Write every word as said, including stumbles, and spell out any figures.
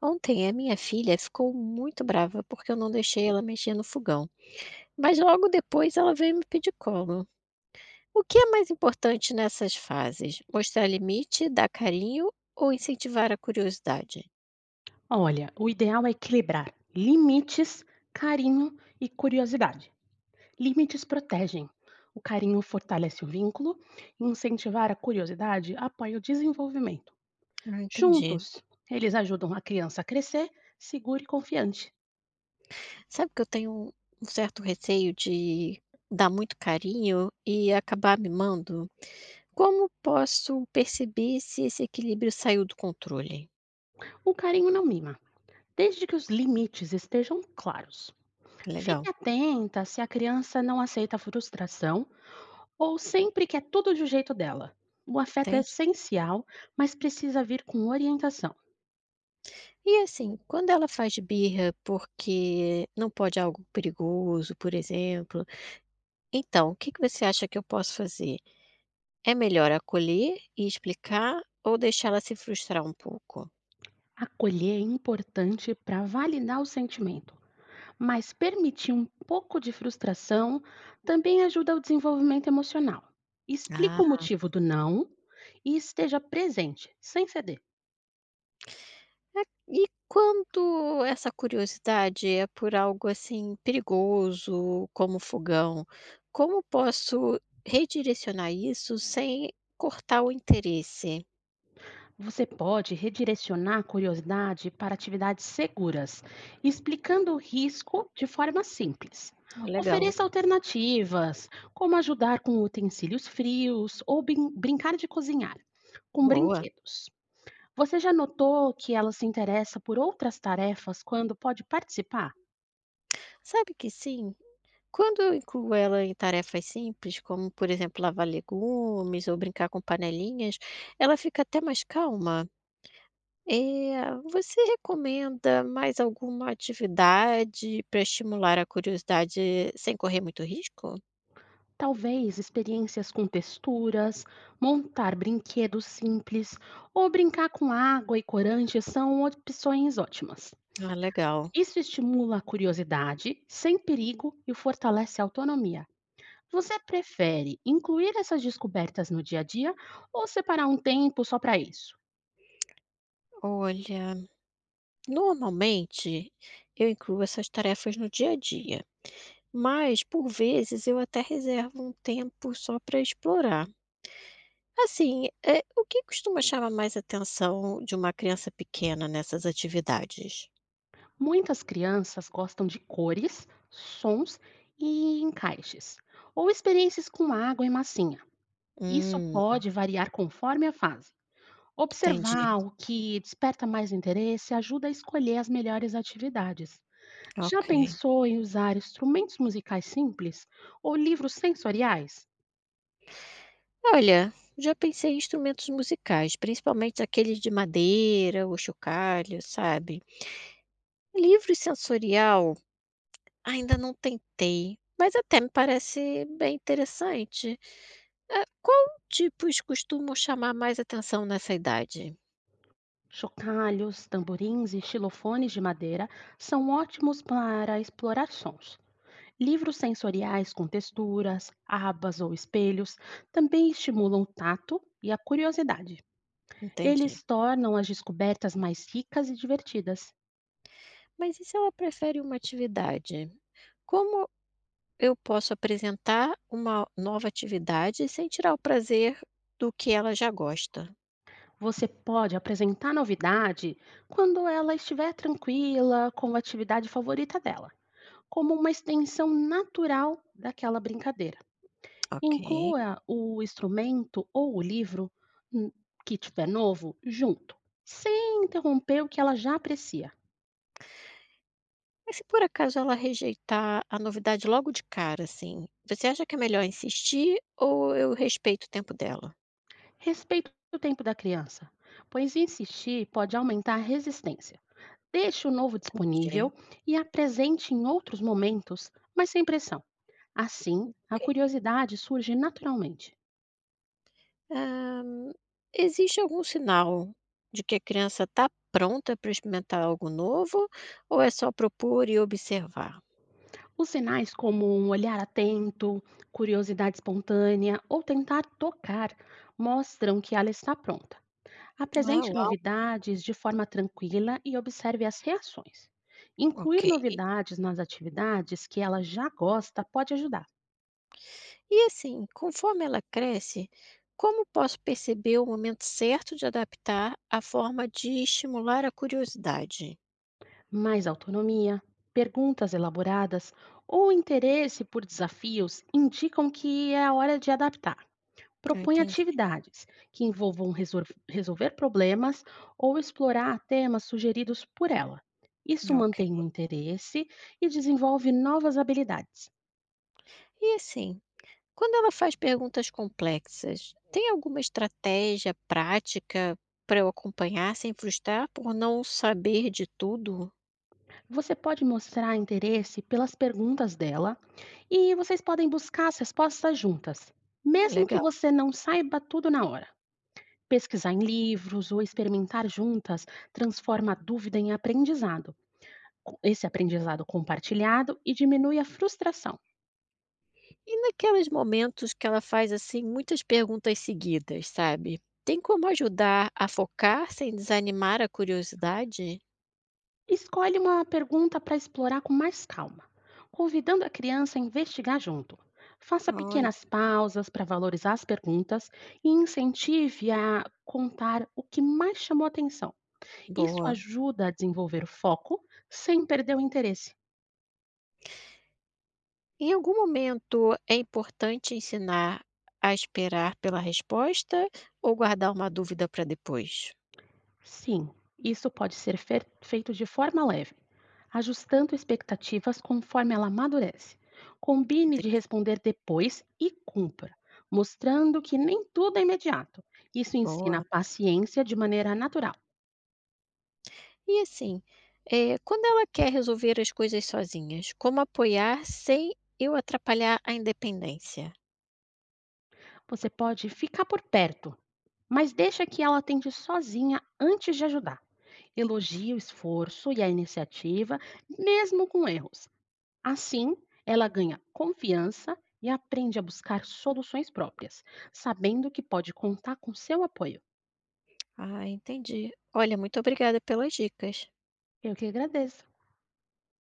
Ontem a minha filha ficou muito brava porque eu não deixei ela mexer no fogão, mas logo depois ela veio me pedir colo. O que é mais importante nessas fases? Mostrar limite, dar carinho ou incentivar a curiosidade? Olha, o ideal é equilibrar limites, carinho e curiosidade. Limites protegem. O carinho fortalece o vínculo, e incentivar a curiosidade apoia o desenvolvimento. Ah, entendi. Juntos, eles ajudam a criança a crescer segura e confiante. Sabe que eu tenho um um certo receio de dar muito carinho e acabar mimando? Como posso perceber se esse equilíbrio saiu do controle? O carinho não mima, desde que os limites estejam claros. Legal, Fique atenta se a criança não aceita a frustração ou sempre quer tudo do jeito dela. O afeto é entendi. essencial, mas precisa vir com orientação. E assim, quando ela faz birra porque não pode é algo perigoso, por exemplo, então o que que você acha que eu posso fazer? É melhor acolher e explicar ou deixar ela se frustrar um pouco? Acolher é importante para validar o sentimento, mas permitir um pouco de frustração também ajuda ao desenvolvimento emocional. Explica Ah, o motivo do não e esteja presente, sem ceder. é. E quando essa curiosidade é por algo assim perigoso, como fogão, como posso redirecionar isso sem cortar o interesse? Você pode redirecionar a curiosidade para atividades seguras, explicando o risco de forma simples. Ah, legal, Ofereça alternativas, como ajudar com utensílios frios ou brin- brincar de cozinhar com boa. brinquedos. Você já notou que ela se interessa por outras tarefas quando pode participar? Sabe que sim. Quando eu incluo ela em tarefas simples, como, por exemplo, lavar legumes ou brincar com panelinhas, ela fica até mais calma. Eh, você recomenda mais alguma atividade para estimular a curiosidade sem correr muito risco? Talvez experiências com texturas, montar brinquedos simples ou brincar com água e corante são opções ótimas. Ah, legal. Isso estimula a curiosidade, sem perigo e fortalece a autonomia. Você prefere incluir essas descobertas no dia a dia ou separar um tempo só para isso? Olha, normalmente eu incluo essas tarefas no dia a dia, mas por vezes eu até reservo um tempo só para explorar. Assim, eh, o que costuma chamar mais atenção de uma criança pequena nessas atividades? Muitas crianças gostam de cores, sons e encaixes, ou experiências com água e massinha. Isso Hum, pode variar conforme a fase. entendi. Observar o que desperta mais interesse ajuda a escolher as melhores atividades. Já Ok. pensou em usar instrumentos musicais simples ou livros sensoriais? Olha, já pensei em instrumentos musicais, principalmente aqueles de madeira o chocalho, sabe? Livro sensorial, ainda não tentei, mas até me parece bem interessante. Ah, qual tipos costumam chamar mais atenção nessa idade? Chocalhos, tamborins e xilofones de madeira são ótimos para explorar sons. Livros sensoriais com texturas, abas ou espelhos também estimulam o tato e a curiosidade. Entendi. Eles tornam as descobertas mais ricas e divertidas. Mas e se ela prefere uma atividade? Como eu posso apresentar uma nova atividade sem tirar o prazer do que ela já gosta. Você pode apresentar novidade quando ela estiver tranquila com a atividade favorita dela, como uma extensão natural daquela brincadeira. Ok. Inclua o instrumento ou o livro hum, que tiver novo junto, sem interromper o que ela já aprecia. Mas se por acaso ela rejeitar a novidade logo de cara, assim, você acha que é melhor insistir ou eu respeito o tempo dela? Respeite o tempo da criança, pois insistir pode aumentar a resistência. Deixe o novo disponível Entendi. e apresente em outros momentos, mas sem pressão. Assim, a Ok. curiosidade surge naturalmente. Ah, existe algum sinal de que a criança está pronta para experimentar algo novo ou é só propor e observar? Os sinais como um olhar atento, curiosidade espontânea ou tentar tocar mostram que ela está pronta. Ah, Apresente uau, novidades de forma tranquila e observe as reações. Incluir ok. novidades nas atividades que ela já gosta pode ajudar E assim, conforme ela cresce, como posso perceber o momento certo de adaptar a forma de estimular a curiosidade? mais autonomia, perguntas elaboradas ou interesse por desafios indicam que é a hora de adaptar. Ah, Propõe entendi. atividades que envolvam resor- resolver problemas ou explorar temas sugeridos por ela. Isso Ok. mantém o interesse e desenvolve novas habilidades. E assim, quando ela faz perguntas complexas, tem alguma estratégia prática para eu acompanhar sem frustrar por não saber de tudo? Você pode mostrar interesse pelas perguntas dela e vocês podem buscar as respostas juntas, mesmo que Legal. você não saiba tudo na hora. Pesquisar em livros ou experimentar juntas transforma a dúvida em aprendizado. Co- Esse aprendizado compartilhado e diminui a frustração. E naqueles momentos que ela faz assim muitas perguntas seguidas, sabe? Tem como ajudar a focar sem desanimar a curiosidade? Escolhe uma pergunta para explorar com mais calma, convidando a criança a investigar junto. Faça Olha. pequenas pausas para valorizar as perguntas e incentive a contar o que mais chamou atenção. Isso Boa. ajuda a desenvolver o foco sem perder o interesse. Em algum momento é importante ensinar a esperar pela resposta ou guardar uma dúvida para depois? Sim, isso pode ser fer- feito de forma leve, ajustando expectativas conforme ela amadurece. Combine de Entendi. responder depois e cumpra, mostrando que nem tudo é imediato. Isso ensina Boa. paciência de maneira natural. E assim, eh, quando ela quer resolver as coisas sozinhas, como apoiar sem eu atrapalhar a independência? Você pode ficar por perto, mas deixa que ela tente sozinha antes de ajudar. Elogie o esforço e a iniciativa, mesmo com erros. Assim, ela ganha confiança e aprende a buscar soluções próprias, sabendo que pode contar com seu apoio. Ah, entendi. Olha, muito obrigada pelas dicas. Eu que agradeço.